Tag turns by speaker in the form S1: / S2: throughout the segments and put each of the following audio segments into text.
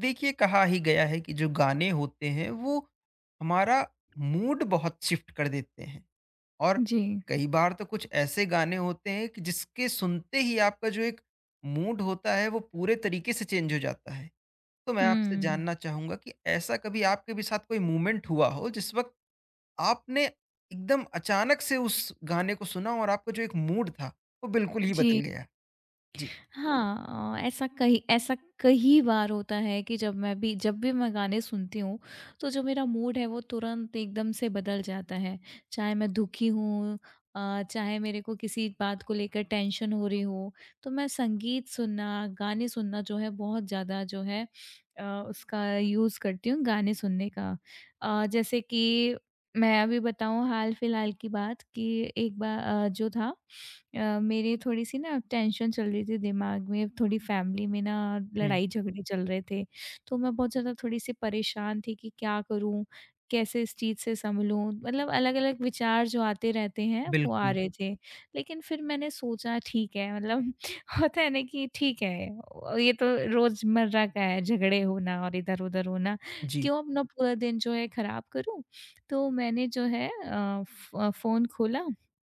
S1: देखिए कहा ही गया है कि जो गाने होते हैं वो हमारा मूड बहुत शिफ्ट कर देते हैं। और
S2: जी,
S1: कई बार तो कुछ ऐसे गाने होते हैं कि जिसके सुनते ही आपका जो एक मूड होता है वो पूरे तरीके से चेंज हो जाता है। तो मैं आपसे
S2: हुँ।
S1: जानना चाहूंगा कि ऐसा कभी आपके भी साथ कोई मूवमेंट हुआ हो जिस वक्त आपने एकदम अचानक से उस गाने को सुना और आपका जो एक मूड था वो बिल्कुल ही बदल
S2: जी,
S1: गया। जी।
S2: हाँ ऐसा कई बार होता है कि जब भी मैं गाने सुनती हूँ, तो जो मेरा मूड है वो तुरंत एकदम से बदल जाता है। चाहे मैं दुखी हूँ, चाहे मेरे को किसी बात को लेकर टेंशन हो रही हो, तो मैं संगीत सुनना, गाने सुनना जो है बहुत ज़्यादा जो है अ, उसका यूज़ करती हूँ गाने सुनने का। जैसे कि मैं अभी बताऊँ हाल-फिलहाल की बात कि एक बार जो था मेरी थोड़ी-सी ना टेंशन चल रही थी दिमाग में, थोड़ी फ़ैमिली में ना
S1: हम्म।
S2: लड़ाई-झगड़े चल रहे थे। तो मैं बहुत ज़्यादा थोड़ी-सी परेशान थी कि क्या करूँ? कैसे इस चीज़ से सँभलूँ? मतलब अलग-अलग विचार जो आते रहते हैं, वो आ
S1: बिल्कुल।
S2: रहे थे। लेकिन फिर मैंने सोचा ठीक है मतलब होता है ना कि ठीक है, ये तो रोज़मर्रा का है झगड़े होना और इधर-उधर होना।
S1: जी।
S2: क्यों अपना पूरा दिन जो है ख़राब करूँ? तो मैंने जो है अ, फ़ फ़ोन खोला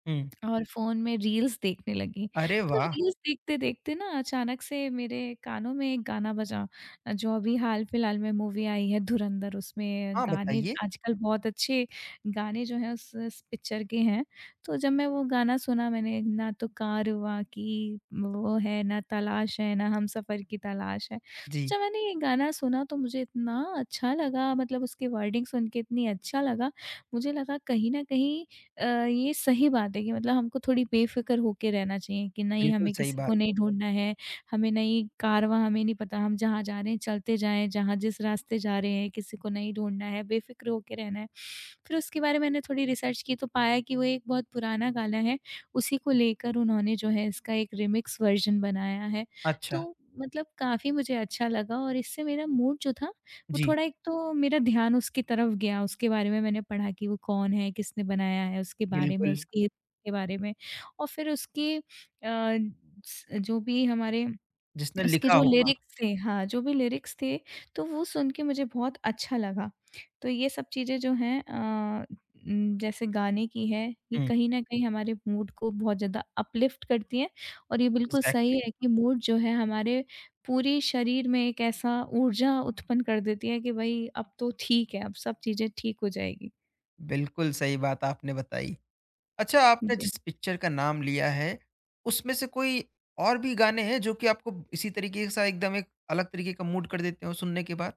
S1: हम्म।
S2: और फ़ोन में रील्स देखने लगी।
S1: अरे
S2: तो
S1: वाह।
S2: रील्स देखते-देखते ना अचानक से मेरे कानों में एक गाना बजा, जो अभी हाल-फिलहाल में मूवी आई है धुरंधर उसमें
S1: हाँ
S2: गाने
S1: बताइए।
S2: आजकल बहुत अच्छे गाने जो हैं उस पिक्चर के हैं। तो जब मैं वो गाना सुना मैंने ना तो कारवां की वो है, ना तलाश है, ना हमसफ़र की तलाश है।
S1: जी।
S2: जब मैंने ये गाना सुना तो मुझे इतना अच्छा लगा मतलब उसकी वर्डिंग सुन के इतनी अच्छा लगा, मुझे लगा कहीं न कहीं ये सही बात है कि मतलब हमको थोड़ी बेफ़िक्र होके रहना चाहिए कि नहीं
S1: बिल्कुल
S2: हमें
S1: सही
S2: किसी
S1: बात।
S2: को नहीं ढूँढना है, हमें नहीं कारवाँ हमें नहीं पता हम जहाँ जा रहे हैं चलते जाएँ, जहाँ जिस रास्ते जा रहे हैं किसी को नहीं ढूँढना है, बेफ़िक्र होके रहना है। फिर उसके बारे में मैंने थोड़ी रिसर्च की तो पाया कि वो एक बहुत पुराना गाना है, उसी को लेकर उन्होंने जो है इसका एक रीमिक्स वर्ज़न बनाया है।
S1: अच्छा।
S2: तो मतलब काफ़ी मुझे अच्छा लगा और इससे मेरा मूड जो था वो
S1: जी।
S2: थोड़ा एक तो मेरा ध्यान उसकी तरफ गया, उसके बारे में मैंने पढ़ा कि वो कौन है, किसने बनाया है, उसके बारे में,
S1: बिल्कुल।
S2: उसकी के बारे में और फिर उसके अ, स जो भी हमारे
S1: जिसने
S2: उसके
S1: लिखा
S2: जो जी।
S1: होगा।
S2: लिरिक्स थे हाँ, जो भी लिरिक्स थे, तो वो सुन के मुझे बहुत अच्छा लगा। तो ये सब चीज़ें जो हैं जैसे गाने की है, ये
S1: हुँ।
S2: कहीं न कहीं हमारे मूड को बहुत ज़्यादा अपलिफ्ट करती हैं और ये बिल्कुल सही
S1: एग्ज़ैक्टली।
S2: है कि मूड जो है हमारे पूरे शरीर में एक ऐसा ऊर्जा उत्पन्न कर देती है कि भई अब तो ठीक है, अब सब चीज़ें ठीक हो जाएगी।
S1: बिल्कुल सही बात आपने बताई। अच्छा, आपने
S2: जी।
S1: जिस पिक्चर का नाम लिया है, उसमें से कोई और भी गाने हैं जो कि आपको इसी तरीके सा एकदम एक अलग तरीके का मूड कर देते हों सुनने के बाद?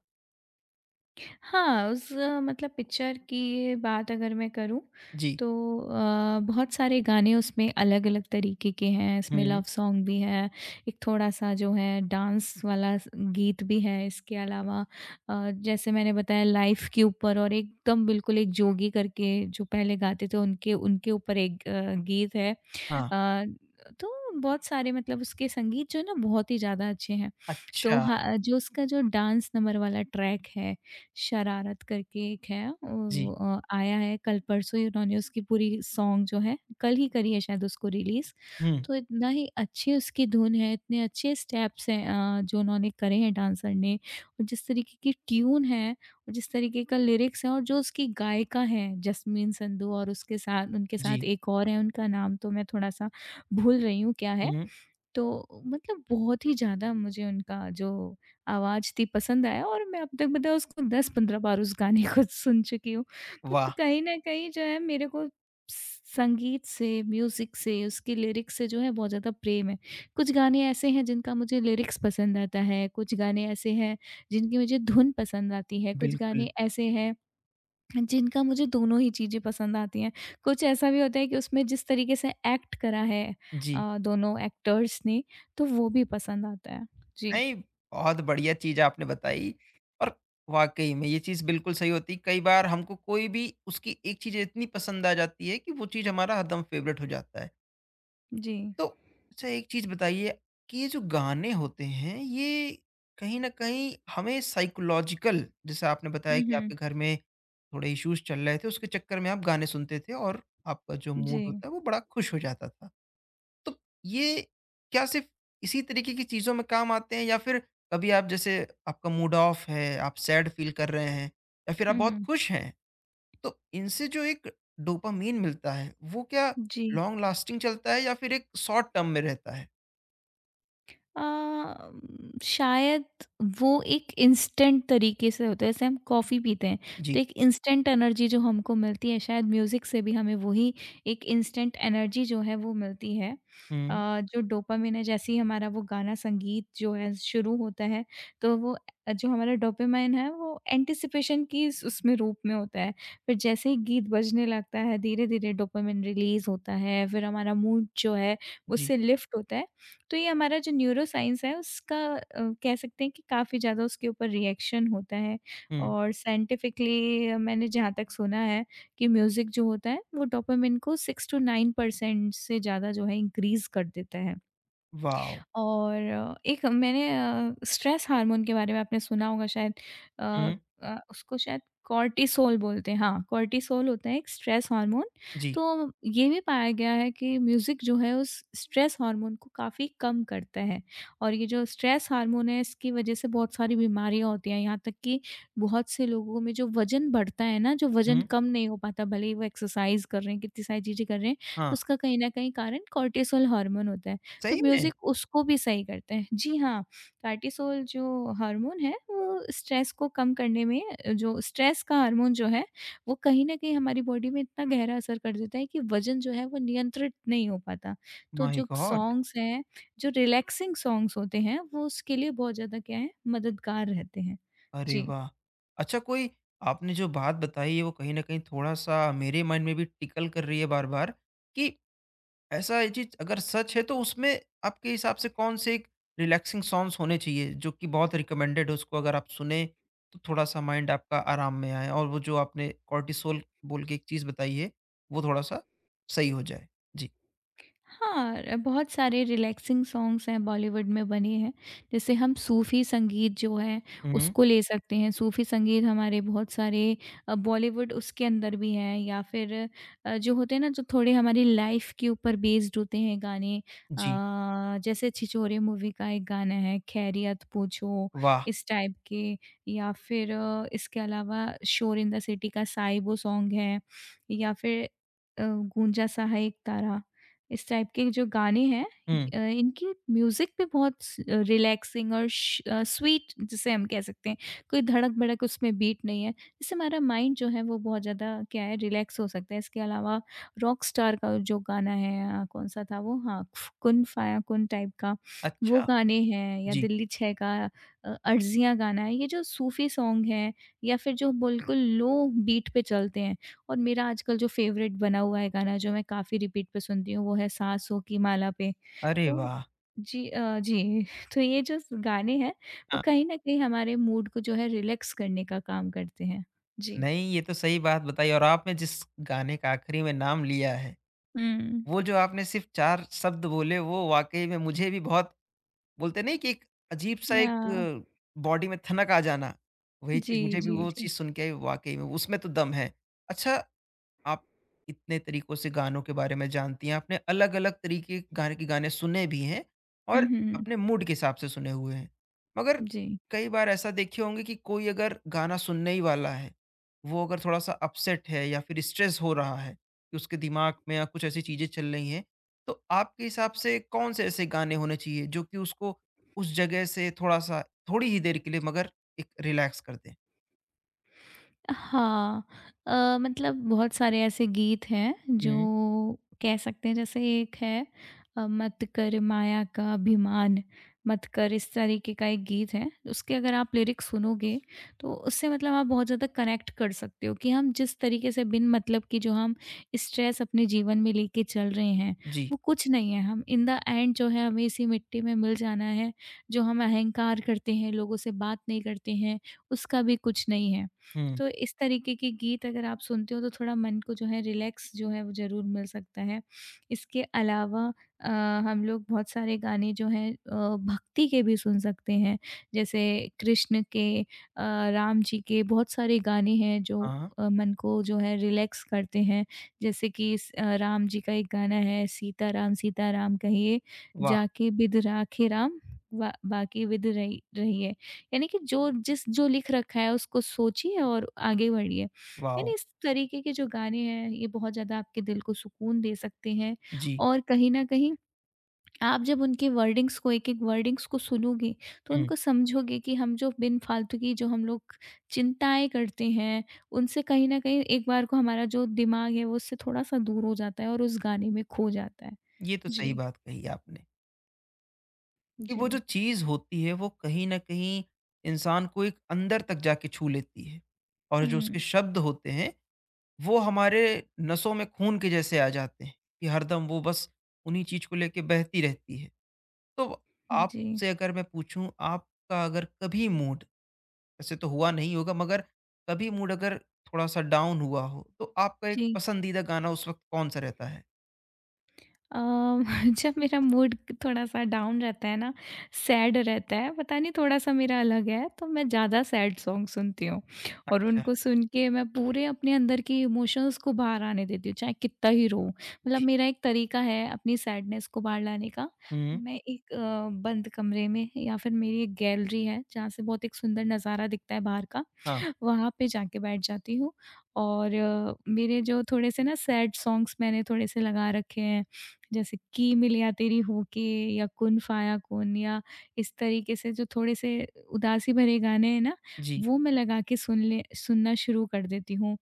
S2: हाँ, उस मतलब पिक्चर की बात अगर मैं करूँ
S1: जी।
S2: तो बहुत सारे गाने उसमें अलग-अलग तरीके के हैं। इसमें लव
S1: हुँ।
S2: सॉन्ग भी है, एक थोड़ा-सा जो है डांस वाला स गीत भी है। इसके अलावा जैसे मैंने बताया लाइफ़ के ऊपर और एकदम बिल्कुल एक जोगी करके जो पहले गाते थे उनके उनके ऊपर एक गीत है।
S1: हाँ।
S2: अ, तो बहुत सारे मतलब उसके संगीत जो है ना बहुत ही ज़्यादा अच्छे हैं। तो
S1: अच्छा।
S2: हाँ, जो उसका जो डांस नंबर वाला ट्रैक है, शरारत करके एक है
S1: जी।
S2: वो आया है कल परसों ही उन्होंने उसकी पूरी सॉन्ग जो है कल ही करी है शायद उसको रिलीज़।
S1: हुँ।
S2: तो इतना ही अच्छी उसकी धुन है, इतने अच्छे स्टेप्स हैं जो उन्होंने करे हैं डांसर ने और जिस तरीके की ट्यून है और जिस तरीके का लिरिक्स है और जो उसकी गायिका हैं जस्मीन संधू और उसके साथ उनके
S1: जी।
S2: साथ एक और है उनका नाम तो मैं थोड़ा-सा भूल रही हूँ क्या है।
S1: हुँ।
S2: तो मतलब बहुत ही ज़्यादा मुझे उनका जो आवाज़ थी पसंद आया और मैं अब तक मतलब उसको 10-15 बार उस गाने को सुन चुकी हूँ। तो
S1: वाह!
S2: कहीं न कहीं जो है मेरे को संगीत से, म्यूज़िक से, उसकी लिरिक्स से जो है बहुत ज़्यादा प्रेम है। कुछ गाने ऐसे हैं जिनका मुझे लिरिक्स पसंद आता है, कुछ गाने ऐसे हैं जिनकी मुझे धुन पसंद आती है, कुछ
S1: बिल्कुल।
S2: गाने ऐसे हैं जिनका मुझे दोनों ही चीज़ें पसंद आती हैं। कुछ ऐसा भी होता है कि उसमें जिस तरीके से एक्ट करा है
S1: जी।
S2: दोनों एक्टर्स ने, तो वो भी पसंद आता है। जी,
S1: नहीं, बहुत बढ़िया चीज़ आपने बताई। और वाक़ई में ये चीज़ बिल्कुल सही होती है। कई बार हमको कोई भी उसकी एक चीज़ इतनी पसंद आ जाती है कि वो चीज़ हमारा हरदम फ़ेवरेट हो जाता है।
S2: जी।
S1: तो अच्छा एक चीज़ बताइए कि ये जो गाने होते हैं, ये कहीं न कहीं हमें साइकोलॉजिकल जैसे आपने बताया
S2: हुँ,
S1: कि आपके
S2: हुँ।
S1: घर में थोड़े इश्यूज़ चल रहे थे, उसके चक्कर में आप गाने सुनते थे और आपका जो मूड
S2: जी।
S1: होता है वो बड़ा खुश हो जाता था। तो ये क्या सिर्फ इसी तरीके की चीज़ों में काम आते हैं या फिर कभी आप जैसे आपका मूड ऑफ है, आप सैड फील कर रहे हैं या फिर आप
S2: हुँ,
S1: बहुत
S2: हुँ।
S1: खुश हैं, तो इनसे जो एक डोपामाइन मिलता है, वो क्या
S2: जी।
S1: लॉन्ग लास्टिंग चलता है या फिर एक शॉर्ट टर्म में रहता है?
S2: अ, शायद वो एक इंस्टेंट तरीके से होता है जैसे हम कॉफ़ी पीते हैं
S1: जी।
S2: तो एक इंस्टेंट एनर्जी जो हमको मिलती है शायद म्यूज़िक से भी हमें वही एक इंस्टेंट एनर्जी जो है वो मिलती है।
S1: हुँ।
S2: अ, जो डोपामाइन है जैसे ही हमारा वो गाना संगीत जो है शुरू होता है तो वो जो हमारा डोपामाइन है वो एंटीसिपेशन की इस उसमें रूप में होता है। फिर जैसे ही गीत बजने लगता है धीरे-धीरे डोपामाइन रिलीज़ होता है फिर हमारा मूड जो है
S1: जी।
S2: उससे लिफ्ट होता है। तो ये हमारा जो न्यूरो साइंस है उसका कह सकते हैं कि काफ़ी ज़्यादा उसके ऊपर रिएक्शन होता है
S1: हुँ।
S2: और साइंटिफिकली मैंने जहाँ तक सुना है कि म्यूज़िक जो होता है वो डोपामिन को 6 टू 9% से ज़्यादा जो है इंक्रीज़ कर देता है।
S1: वॉव!
S2: और एक मैंने स्ट्रेस हार्मोन के बारे में आपने सुना होगा शायद। अ
S1: हुँ।
S2: उसको शायद कॉर्टिसोल बोलते हैं हाँ, कॉर्टिसोल होता है एक स्ट्रेस हार्मोन।
S1: जी।
S2: तो ये भी पाया गया है कि म्यूज़िक जो है उस स्ट्रेस हार्मोन को काफ़ी कम करता है और ये जो स्ट्रेस हार्मोन है इसकी वज़ह से बहुत सारी बीमारियाँ होती हैं। यहाँ तक कि बहुत से लोगों में जो वज़न बढ़ता है ना, जो वज़न
S1: हुँ।
S2: कम नहीं हो पाता भले ही वो एक्सरसाइज़ कर रहे हैं, कितनी सारी चीज़ें कर रहे हैं,
S1: हाँ।
S2: तो उसका कहीं न कहीं कारण कॉर्टिसोल हार्मोन होता है। तो
S1: सही में?
S2: म्यूज़िक उसको भी सही करते हैं। जी हाँ, कार्टिसोल जो हार्मोन है वो स्ट्रेस को कम करने में जो स्ट्रेस का हार्मोन जो है वो कहीं न कहीं हमारी बॉडी में इतना गहरा असर कर देता है कि वज़न जो है वो नियंत्रित नहीं हो पाता। तो
S1: माय
S2: जो
S1: गॉड!
S2: सॉन्ग्स हैं, जो रिलैक्सिंग सॉन्ग्स होते हैं वो उसके लिए बहुत ज़्यादा क्या है मददगार रहते हैं।
S1: अरे
S2: जी।
S1: वाह! अच्छा कोई आपने जो बात बताई है वो कहीं न कहीं थोड़ा-सा मेरे माइंड में भी टिकल कर रही है बार-बार कि ऐसा ये चीज़ अगर सच है तो उसमें आपके हिसाब से कौन से एक रिलैक्सिंग सॉन्ग्स होने चाहिए जो कि बहुत रिकमेंडेड है उसको अगर आप सुने तो थोड़ा-सा माइंड आपका आराम में आए और वो जो आपने कॉर्टिसोल बोल के एक चीज़ बताई है वो थोड़ा-सा सही हो जाए? जी।
S2: हाँ बहुत सारे रिलैक्सिंग सॉन्ग्स हैं बॉलीवुड में बने हैं। जैसे हम सूफ़ी संगीत जो है
S1: हुँ।
S2: उसको ले सकते हैं। सूफ़ी संगीत हमारे बहुत सारे बॉलीवुड उसके अंदर भी हैं या फिर जो होते हैं ना जो थोड़े हमारी लाइफ़ के ऊपर बेस्ड होते हैं गाने
S1: जी।
S2: जैसे छिछोरे मूवी का एक गाना है खैरियत पूछो
S1: वाह!
S2: इस टाइप के या फिर इसके अलावा शोर इन द सिटी का साइबो सॉन्ग है या फिर गूंजा सा है एक तारा। इस टाइप के जो गाने हैं
S1: हुँ।
S2: इनकी म्यूज़िक भी बहुत स रिलैक्सिंग और स्वीट जिसे हम कह सकते हैं। कोई धड़क-भड़क उसमें बीट नहीं है। इससे हमारा माइंड जो है वो बहुत ज़्यादा क्या है रिलैक्स हो सकता है। इसके अलावा रॉकस्टार का जो गाना है कौन-सा था वो? हाँ, कुन फाया कुन टाइप का वो
S1: अच्छा।
S2: गाने हैं या
S1: जी।
S2: दिल्ली 6 का अर्ज़ियाँ गाना है। ये जो सूफ़ी सॉन्ग हैं या फिर जो बिल्कुल लो बीट पे चलते हैं और मेरा आजकल जो फ़ेवरेट बना हुआ है गाना जो मैं काफ़ी रिपीट पे सुनती हूँ वो है सासों की माला पे।
S1: अरे
S2: तो
S1: वाह!
S2: जी जी तो ये जो स गाने हैं वो
S1: हाँ।
S2: कहीं न कहीं हमारे मूड को जो है रिलैक्स करने का काम करते हैं। जी।
S1: नहीं, ये तो सही बात बताई। और आपने जिस गाने का आखिरी में नाम लिया है,
S2: हुँ।
S1: वो जो आपने सिर्फ़ 4 शब्द बोले वो वाक़ई में मुझे भी बहुत बोलते नहीं कि एक अजीब-सा
S2: या
S1: एक बॉडी में ठनक आ जाना, वही
S2: जी,
S1: चीज़ मुझे भी
S2: जी,
S1: वो
S2: जी।
S1: चीज़ सुन के वाक़ई में उसमें तो दम है। अच्छा आप इतने तरीकों से गानों के बारे में जानती हैं, आपने अलग-अलग तरीके गाने के गाने सुने भी हैं
S2: हुँ,
S1: और
S2: हुँ, हुँ।
S1: अपने मूड के हिसाब से सुने हुए हैं। मगर
S2: जी।
S1: कई बार ऐसा देखे होंगे कि कोई अगर गाना सुनने ही वाला है, वो अगर थोड़ा-सा अपसेट है या फिर स्ट्रेस हो रहा है कि उसके दिमाग में या कुछ ऐसी चीज़ें चल रही हैं, तो आपके हिसाब से कौन से ऐसे गाने होने चाहिए जो कि उसको उस जगह से थोड़ा-सा थोड़ी ही देर के लिए मगर एक रिलैक्स कर दें?
S2: हाँ मतलब बहुत सारे ऐसे गीत हैं जो
S1: हुँ।
S2: कह सकते हैं जैसे एक है मत कर माया का अभिमान मत कर इस तरीके का एक गीत है उसके अगर आप लिरिक्स सुनोगे तो उससे मतलब आप बहुत ज़्यादा कनेक्ट कर सकते हो कि हम जिस तरीके से बिन मतलब की जो हम स्ट्रेस अपने जीवन में लेके चल रहे हैं
S1: जी।
S2: वो कुछ नहीं है हम इन द एंड जो है हमें इसी मिट्टी में मिल जाना है जो हम अहंकार करते हैं लोगों से बात नहीं करते हैं उसका भी कुछ नहीं है
S1: हुँ।
S2: तो इस तरीके के गीत अगर आप सुनते हो तो थोड़ा मन को जो है रिलैक्स जो है वो ज़रूर मिल सकता है। इसके अलावा अ, हम लोग बहुत सारे गाने जो हैं भक्ति के भी सुन सकते हैं। जैसे कृष्ण के राम जी के बहुत सारे गाने हैं जो
S1: हाँ।
S2: मन को जो है रिलैक्स करते हैं। जैसे कि राम जी का एक गाना है सीता राम कहिए,
S1: वाह!
S2: जाके बिध राखे राम, बा बाकी बिध रही रहिए। यानी कि जो लिख रखा है उसको सोचिए और आगे बढ़िए।
S1: वाओ!
S2: यानी इस तरीके के जो गाने हैं ये बहुत ज़्यादा आपके दिल को सुकून दे सकते हैं
S1: जी।
S2: और कहीं न कहीं आप जब उनके वर्डिंग्स को एक-एक वर्डिंग्स को सुनोगे तो
S1: हुँ।
S2: उनको समझोगे कि हम जो बिन फालतू की जो हम लोग चिंताएँ करते हैं, उनसे कहीं न कहीं एक बार को हमारा जो दिमाग है वो उससे थोड़ा-सा दूर हो जाता है और उस गाने में खो जाता है।
S1: ये तो सही
S2: जी,
S1: बात कही आपने, कि
S2: जी।
S1: वो जो चीज़ होती है वो कहीं न कहीं इंसान को एक अंदर तक जाके छू लेती है और जो
S2: हुँ,
S1: उसके शब्द होते हैं, वो हमारे नसों में खून के जैसे आ जाते हैं, कि हरदम वो बस उन्हीं चीज़ को लेके बहती रहती है। तो
S2: जी,
S1: आपसे अगर मैं पूछूँ आपका अगर कभी मूड वैसे तो हुआ नहीं होगा मगर कभी मूड अगर थोड़ा-सा डाउन हुआ हो, तो आपका एक
S2: जी।
S1: पसंदीदा गाना उस वक्त कौन-सा रहता है?
S2: अम, जब मेरा मूड थोड़ा सा डाउन रहता है ना, सैड रहता है, पता नहीं थोड़ा-सा मेरा अलग है, तो मैं ज़्यादा सैड सॉन्ग सुनती हूँ और
S1: अच्छा।
S2: उनको सुन के मैं पूरे अपने अंदर के इमोशंस को बाहर आने देती हूँ, चाहे कितना ही रोऊँ। मतलब
S1: जी।
S2: मेरा एक तरीका है अपनी सैडनेस को बाहर लाने का।
S1: हुँ।
S2: मैं एक बंद कमरे में या फिर मेरी एक गैलरी है, जहाँ से बहुत एक सुंदर नज़ारा दिखता है बाहर का।
S1: हाँ।
S2: वहाँ पे जाके बैठ जाती हूँ और मेरे जो थोड़े-से ना सैड सॉन्ग्स मैंने थोड़े-से लगा रखे हैं, जैसे की मिलिया तेरी हो के या कुन फाया कुन या इस तरीके से जो थोड़े-से उदासी भरे गाने हैं ना,
S1: जी।
S2: वो मैं लगा के सुनना शुरू कर देती हूँ।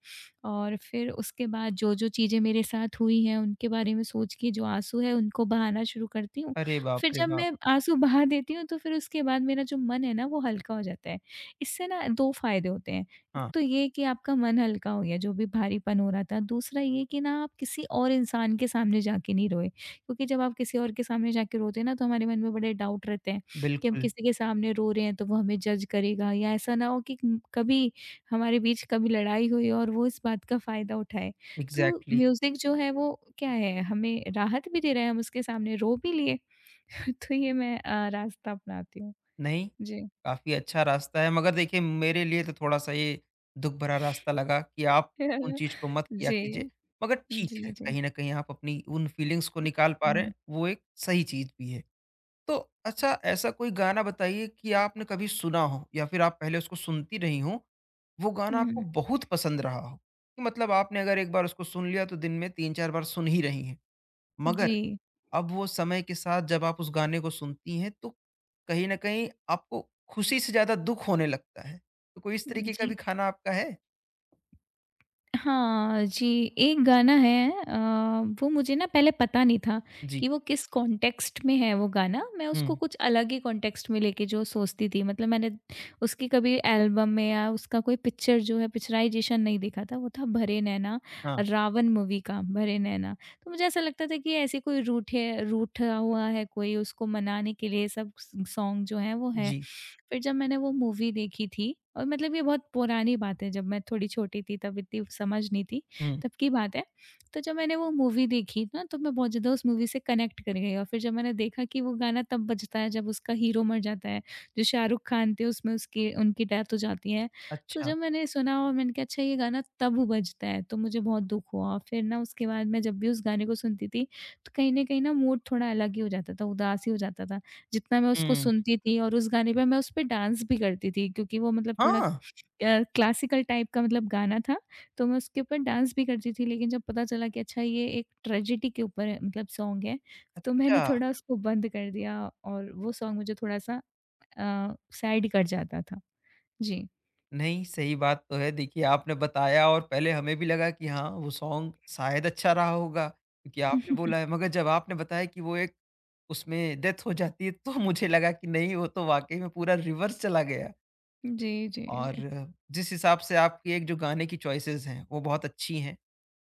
S2: और फिर उसके बाद जो-जो चीज़ें मेरे साथ हुई हैं, उनके बारे में सोच के जो आँसू है उनको बहाना शुरू करती हूँ।
S1: अरे
S2: फिर
S1: बाप रे
S2: जब
S1: बाप!
S2: मैं आँसू बहा देती हूँ, तो फिर उसके बाद मेरा जो मन है ना, वो हल्का हो जाता है। इससे ना 2 फ़ायदे होते हैं। एक
S1: हाँ।
S2: तो ये कि आपका मन हल्का हो गया, जो भी भारीपन हो रहा था। दूसरा ये कि ना आप किसी और इंसान के सामने जाके नहीं रोए, क्योंकि जब आप किसी और के सामने जाके रोते हैं ना तो हमारे मन में बड़े डाउट रहते हैं कि हम
S1: बिल्कुल।
S2: किसी के सामने रो रहे हैं तो वो हमें जज करेगा या ऐसा ना हो कि कभी हमारे बीच कभी लड़ाई हुई और वो इस बात का फ़ायदा उठाए। तो
S1: एग्ज़ैक्टली।
S2: म्यूज़िक जो है वो क्या है, हमें राहत भी दे रहा है, हम उसके सामने रो भी लिए। तो ये मैं रास्ता अपनाती हूँ।
S1: नहीं,
S2: जी।
S1: काफ़ी अच्छा रास्ता है मगर देखिए मेरे लिए तो थोड़ा-सा ये दुःख भरा रास्ता लगा कि आप उन चीज़ को मत किया
S2: जी,
S1: कीजिए। मगर ठीक
S2: जी,
S1: है,
S2: जी।
S1: कहीं न कहीं आप अपनी उन फ़ीलिंग्स को निकाल पा रहे हैं,
S2: हुँ।
S1: वो एक सही चीज़ भी है। तो अच्छा ऐसा कोई गाना बताइए कि आपने कभी सुना हो या फिर आप पहले उसको सुनती रही हों, वो गाना
S2: हुँ,
S1: आपको
S2: हुँ।
S1: बहुत पसंद रहा हो? कि मतलब आपने अगर एक बार उसको सुन लिया तो दिन में 3-4 बार सुन ही रही हैं। मगर
S2: जी,
S1: अब वो समय के साथ जब आप उस गाने को सुनती हैं तो कहीं न कहीं आपको खुशी से ज़्यादा दुःख होने लगता है। तो कोई इस तरीके का भी
S2: जी।
S1: खाना आपका है?
S2: हाँ जी, एक गाना है वो मुझे ना पहले पता नहीं था
S1: जी।
S2: कि वो किस कॉन्टेक्स्ट में है वो गाना। मैं
S1: हुँ।
S2: उसको कुछ अलग ही कॉन्टेक्स्ट में लेके जो सोचती थी मतलब मैंने उसकी कभी एल्बम में या उसका कोई पिक्चर जो है पिक्चराइज़ेशन नहीं देखा था। वो था 'भरे नैना'
S1: हाँ।
S2: रावण मूवी का 'भरे नैना'। तो मुझे ऐसा लगता था कि ऐसे कोई रूठे रूठा हुआ है कोई उसको मनाने के लिए सब सॉन्ग जो हैं वो है।
S1: जी।
S2: फिर जब मैंने वो मूवी देखी थी और मतलब ये बहुत पुरानी बात है जब मैं थोड़ी छोटी थी तब इतनी समझ नहीं थी,
S1: हुँ।
S2: तब की बात है। तो जब मैंने वो मूवी देखी ना तो मैं बहुत ज़्यादा उस मूवी से कनेक्ट कर गई और फिर जब मैंने देखा कि वो गाना तब बजता है जब उसका हीरो मर जाता है, जो शाहरुख खान थे उसमें उसकी उनकी डेथ हो जाती है। तो
S1: अच्छा।
S2: जब मैंने सुना और मैंने कहा अच्छा ये गाना तब बजता है, तो मुझे बहुत दुःख हुआ। और फिर ना उसके बाद मैं जब भी उस गाने को सुनती थी, तो कहीं न कहीं ना मूड थोड़ा अलग ही हो जाता था, उदास ही हो जाता था। जितना मैं उसको
S1: हुँ।
S2: सुनती थी और उस गाने पे मैं उस पे डांस भी करती थी क्योंकि वो मतलब थोड़ा
S1: हाँ!
S2: क्लासिकल टाइप का मतलब गाना था, तो मैं उसके ऊपर डांस भी करती थी। लेकिन जब पता चला कि अच्छा ये एक ट्रेजेडी के ऊपर है मतलब सॉन्ग है, तो मैंने
S1: अच्छा।
S2: थोड़ा उसको बंद कर दिया और वो सॉन्ग मुझे थोड़ा-सा सैड कर जाता था। जी।
S1: नहीं, सही बात तो है। देखिए आपने बताया और पहले हमें भी लगा कि हाँ, वो सॉन्ग शायद अच्छा रहा होगा क्योंकि आपने बोला है मगर जब आपने बताया कि वो एक उसमें डेथ हो जाती है तो मुझे लगा कि नहीं वो तो वाक़ई में पूरा रिवर्स चला गया।
S2: जी, जी,
S1: और
S2: जी।
S1: जिस हिसाब से आपकी एक जो गाने की चॉइसेस हैं, वो बहुत अच्छी हैं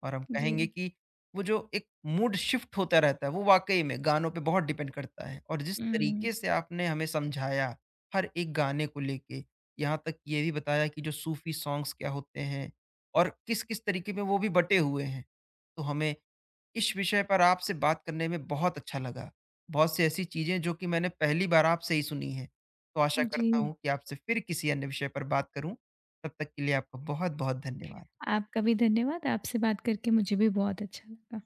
S1: और हम
S2: जी।
S1: कहेंगे कि वो जो एक मूड शिफ्ट होता रहता है, वो वाक़ई में गानों पे बहुत डिपेंड करता है और जिस
S2: हुँ,
S1: तरीके से आपने हमें समझाया, हर एक गाने को लेके, यहाँ तक ये भी बताया कि जो सूफ़ी सॉन्ग्स क्या होते हैं और किस-किस तरीके में वो भी बँटे हुए हैं। तो हमें इस विषय पर आपसे बात करने में बहुत अच्छा लगा। बहुत सी ऐसी चीज़ें जो कि मैंने पहली बार आपसे ही सुनी हैं। तो आशा करता
S2: जी।
S1: हूँ कि आपसे फिर किसी अन्य विषय पर बात करूँ। तब तक के लिए आपका बहुत-बहुत धन्यवाद।
S2: आपका भी धन्यवाद। आपसे बात करके मुझे भी बहुत अच्छा लगा।